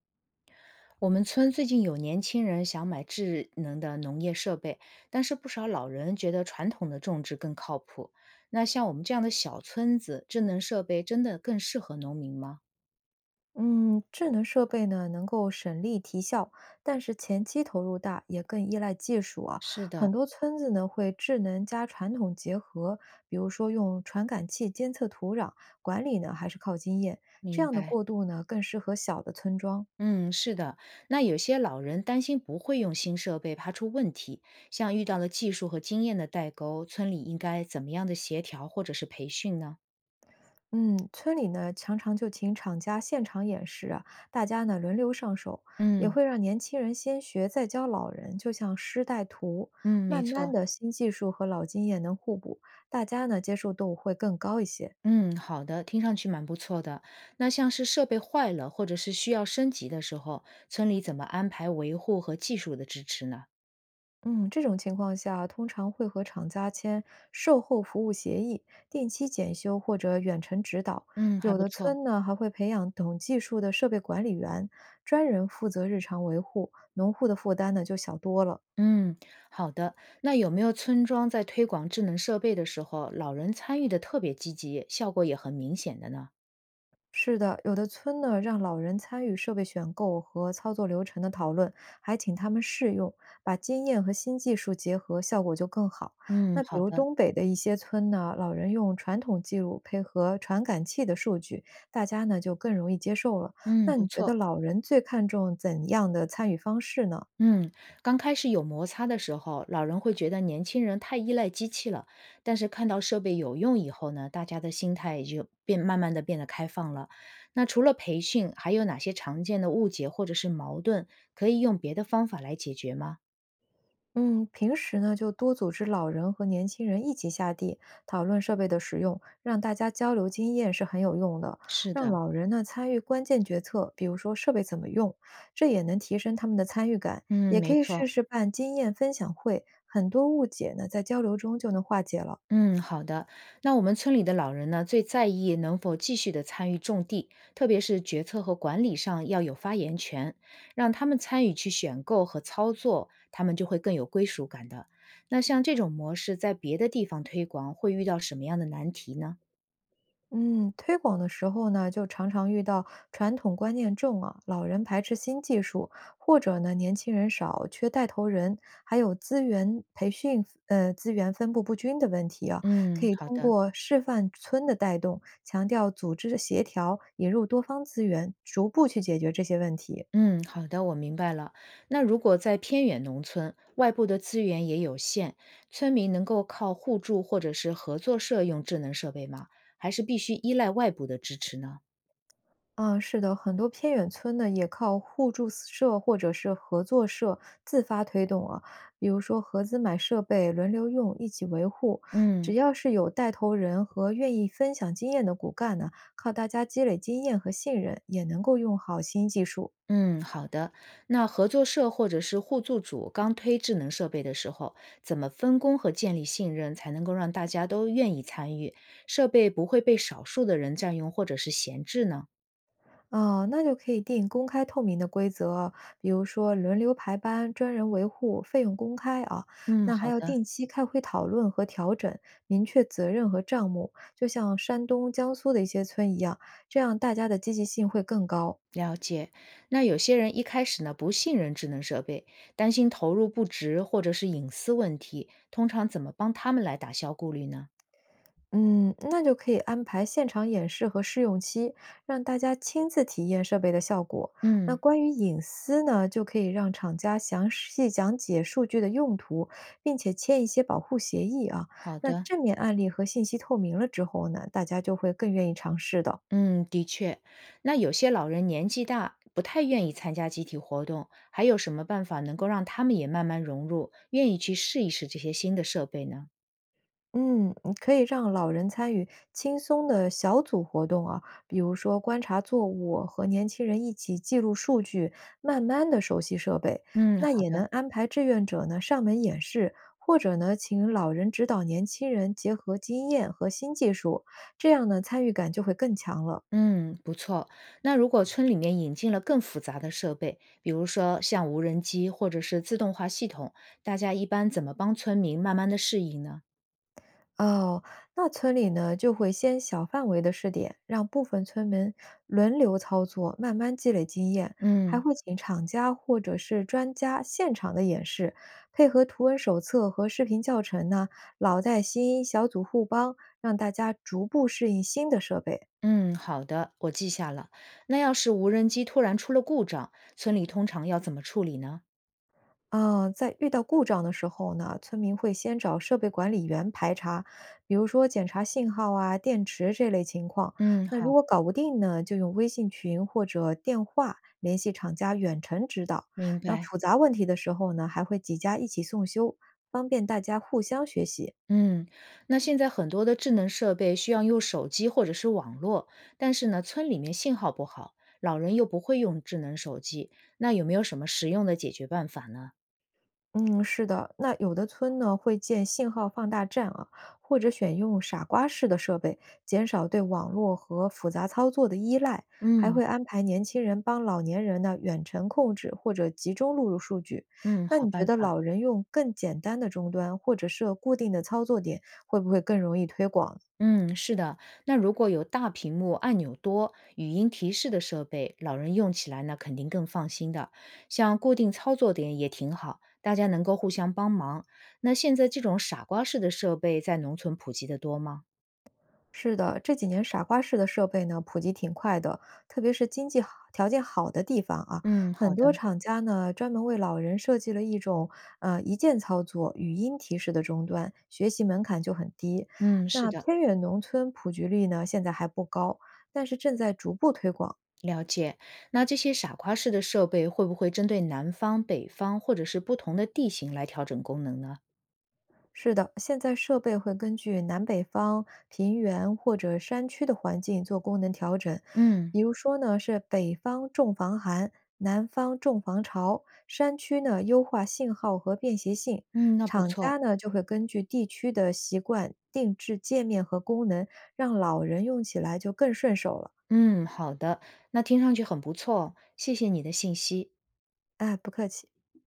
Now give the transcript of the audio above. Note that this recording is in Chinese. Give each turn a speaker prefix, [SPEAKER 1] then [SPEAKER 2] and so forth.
[SPEAKER 1] 我们村最近有年轻人想买智能的农业设备，但是不少老人觉得传统的种植更靠谱。那像我们这样的小村子，智能设备真的更适合农民吗？
[SPEAKER 2] 嗯，智能设备呢能够省力提效，但是前期投入大，也更依赖技术啊。
[SPEAKER 1] 是
[SPEAKER 2] 很
[SPEAKER 1] 的，
[SPEAKER 2] 多村子呢会智能加传统结合，比如说用传感器监测土壤，管理呢还是靠经验。这
[SPEAKER 1] 明
[SPEAKER 2] 样的
[SPEAKER 1] 白。
[SPEAKER 2] 过渡呢更适合小的村庄。
[SPEAKER 1] 嗯，是的。那有些老人担心不会用新设备，怕出问题。像遇到了技术和经验的代沟，村里应该怎么样的协调或者是培训呢？
[SPEAKER 2] 嗯，村里呢常常就请厂家现场演示啊，大家呢轮流上手，也
[SPEAKER 1] 嗯，
[SPEAKER 2] 会让年轻人先学，再教老人，就像师带徒。
[SPEAKER 1] 嗯，没
[SPEAKER 2] 慢慢
[SPEAKER 1] 错。
[SPEAKER 2] 的，新技术和老经验能互补，大家呢接受度会更高一些。
[SPEAKER 1] 嗯，好的，听上去蛮不错的。那像是设备坏了或者是需要升级的时候，村里怎么安排维护和技术的支持呢？
[SPEAKER 2] 嗯，这种情况下，通常会和厂家签售后服务协议，定期检修或者远程指导。
[SPEAKER 1] 嗯，还
[SPEAKER 2] 有
[SPEAKER 1] 不
[SPEAKER 2] 的
[SPEAKER 1] 错。
[SPEAKER 2] 村呢还会培养懂技术的设备管理员，专人负责日常维护，农户的负担呢就小多了。
[SPEAKER 1] 嗯，好的。那有没有村庄在推广智能设备的时候，老人参与的特别积极，效果也很明显的呢？
[SPEAKER 2] 是的，有的村呢让老人参与设备选购和操作流程的讨论，还请他们试用，把经验和新技术结合，效果就更好。
[SPEAKER 1] 嗯，
[SPEAKER 2] 那比
[SPEAKER 1] 好
[SPEAKER 2] 如
[SPEAKER 1] 的。
[SPEAKER 2] 东北的一些村呢，老人用传统记录配合传感器的数据，大家呢就更容易接受了。
[SPEAKER 1] 嗯，
[SPEAKER 2] 那
[SPEAKER 1] 不
[SPEAKER 2] 你觉得
[SPEAKER 1] 错。
[SPEAKER 2] 老人最看重怎样的参与方式呢？
[SPEAKER 1] 嗯，刚开始有摩擦的时候，老人会觉得年轻人太依赖机器了，但是看到设备有用以后呢，大家的心态也就变慢慢的变得开放了。那除了培训，还有哪些常见的误解或者是矛盾，可以用别的方法来解决吗？
[SPEAKER 2] 嗯，平时呢就多组织老人和年轻人一起下地讨论设备的使用，让大家交流经验是很有用的。
[SPEAKER 1] 是
[SPEAKER 2] 让
[SPEAKER 1] 的，
[SPEAKER 2] 老人呢参与关键决策，比如说设备怎么用，这也能提升他们的参与感。
[SPEAKER 1] 嗯，
[SPEAKER 2] 也可
[SPEAKER 1] 没
[SPEAKER 2] 以试
[SPEAKER 1] 错。
[SPEAKER 2] 试办经验分享会，很多误解呢在交流中就能化解了。
[SPEAKER 1] 嗯，好的。那我们村里的老人呢，最在意能否继续的参与种地，特别是决策和管理上要有发言权，让他们参与去选购和操作，他们就会更有归属感的。那像这种模式在别的地方推广，会遇到什么样的难题呢？
[SPEAKER 2] 嗯，推广的时候呢，就常常遇到传统观念重啊，老人排斥新技术，或者呢，年轻人少，缺带头人，还有资源培训，资源分布不均的问题啊，可
[SPEAKER 1] 嗯，
[SPEAKER 2] 以
[SPEAKER 1] 好
[SPEAKER 2] 通
[SPEAKER 1] 的。
[SPEAKER 2] 过示范村的带动，强调组织的协调，引入多方资源，逐步去解决这些问题。
[SPEAKER 1] 嗯，好的，我明白了。那如果在偏远农村，外部的资源也有限，村民能够靠互助或者是合作社用智能设备吗？还是必须依赖外部的支持呢？
[SPEAKER 2] 嗯，是的，很多偏远村呢也靠互助社或者是合作社自发推动啊，比如说合资买设备，轮流用，一起维护。只
[SPEAKER 1] 嗯
[SPEAKER 2] 要是有带头人和愿意分享经验的骨干呢，靠大家积累经验和信任，也能够用好新技术。
[SPEAKER 1] 嗯，好的。那合作社或者是互助组刚推智能设备的时候，怎么分工和建立信任，才能够让大家都愿意参与，设备不会被少数的人占用或者是闲置呢？
[SPEAKER 2] 哦，那就可以定公开透明的规则，比如说轮流排班、专人维护、费用公开啊。
[SPEAKER 1] 嗯，
[SPEAKER 2] 那还
[SPEAKER 1] 好
[SPEAKER 2] 要
[SPEAKER 1] 的，
[SPEAKER 2] 定期开会讨论和调整，明确责任和账目，就像山东、江苏的一些村一样，这样大家的积极性会更高。
[SPEAKER 1] 了解。那有些人一开始呢不信任智能设备，担心投入不值或者是隐私问题，通常怎么帮他们来打消顾虑呢？
[SPEAKER 2] 嗯，那就可以安排现场演示和试用期，让大家亲自体验设备的效果。那
[SPEAKER 1] 嗯，
[SPEAKER 2] 关于隐私呢，就可以让厂家详细讲解数据的用途，并且签一些保护协议啊。
[SPEAKER 1] 好
[SPEAKER 2] 那
[SPEAKER 1] 的。
[SPEAKER 2] 正面案例和信息透明了之后呢，大家就会更愿意尝试的。
[SPEAKER 1] 嗯，的确，那有些老人年纪大，不太愿意参加集体活动，还有什么办法能够让他们也慢慢融入，愿意去试一试这些新的设备呢？
[SPEAKER 2] 嗯，你可以让老人参与轻松的小组活动啊，比如说观察作物，和年轻人一起记录数据，慢慢的熟悉设备。
[SPEAKER 1] 嗯，
[SPEAKER 2] 那
[SPEAKER 1] 好
[SPEAKER 2] 也
[SPEAKER 1] 的，
[SPEAKER 2] 能安排志愿者呢上门演示，或者呢请老人指导年轻人结合经验和新技术，这样呢参与感就会更强了。
[SPEAKER 1] 嗯，不错。那如果村里面引进了更复杂的设备，比如说像无人机或者是自动化系统，大家一般怎么帮村民慢慢的适应呢？
[SPEAKER 2] 哦，那村里呢就会先小范围的试点，让部分村民轮流操作，慢慢积累经验，还
[SPEAKER 1] 嗯。
[SPEAKER 2] 会请厂家或者是专家现场的演示，配合图文手册和视频教程呢，老带新，小组互帮，让大家逐步适应新的设备。
[SPEAKER 1] 嗯，好的，我记下了。那要是无人机突然出了故障，村里通常要怎么处理呢？
[SPEAKER 2] 啊，在遇到故障的时候呢，村民会先找设备管理员排查，比如说检查信号啊、电池这类情况。
[SPEAKER 1] 嗯，
[SPEAKER 2] 那如
[SPEAKER 1] 好，
[SPEAKER 2] 果搞不定呢，就用微信群或者电话联系厂家远程指导。
[SPEAKER 1] 明
[SPEAKER 2] 那
[SPEAKER 1] 白。
[SPEAKER 2] 复杂问题的时候呢，还会几家一起送修，方便大家互相学习。
[SPEAKER 1] 嗯，那现在很多的智能设备需要用手机或者是网络，但是呢，村里面信号不好，老人又不会用智能手机，那有没有什么实用的解决办法呢？
[SPEAKER 2] 嗯，是的，那有的村呢会建信号放大站啊，或者选用傻瓜式的设备，减少对网络和复杂操作的依赖，还
[SPEAKER 1] 嗯
[SPEAKER 2] 会安排年轻人帮老年人呢远程控制或者集中录入数据。
[SPEAKER 1] 嗯，
[SPEAKER 2] 那
[SPEAKER 1] 好
[SPEAKER 2] 你觉
[SPEAKER 1] 办
[SPEAKER 2] 得
[SPEAKER 1] 法。
[SPEAKER 2] 老人用更简单的终端或者设固定的操作点，会不会更容易推广呢？
[SPEAKER 1] 嗯，是的。那如果有大屏幕、按钮多、语音提示的设备，老人用起来呢，肯定更放心的。像固定操作点也挺好，大家能够互相帮忙。那现在这种傻瓜式的设备在农村普及的多吗？
[SPEAKER 2] 是的，这几年傻瓜式的设备呢普及挺快的，特别是经济好条件好的地方啊，
[SPEAKER 1] 嗯，好
[SPEAKER 2] 很多
[SPEAKER 1] 的。
[SPEAKER 2] 厂家呢专门为老人设计了一种一键操作语音提示的终端，学习门槛就很低。
[SPEAKER 1] 嗯，是
[SPEAKER 2] 那
[SPEAKER 1] 的。
[SPEAKER 2] 偏远农村普及率呢现在还不高，但是正在逐步推广。
[SPEAKER 1] 了解，那这些傻瓜式的设备会不会针对南方、北方或者是不同的地形来调整功能呢？
[SPEAKER 2] 是的，现在设备会根据南北方、平原或者山区的环境做功能调整。
[SPEAKER 1] 嗯
[SPEAKER 2] 比如说呢，是北方重防寒，南方重防潮，山区呢优化信号和便携性。
[SPEAKER 1] 嗯，那不
[SPEAKER 2] 厂
[SPEAKER 1] 错，
[SPEAKER 2] 家呢就会根据地区的习惯定制界面和功能，让老人用起来就更顺手了。
[SPEAKER 1] 嗯，好的，那听上去很不错哦，谢谢你的信息。
[SPEAKER 2] 哎，不客气。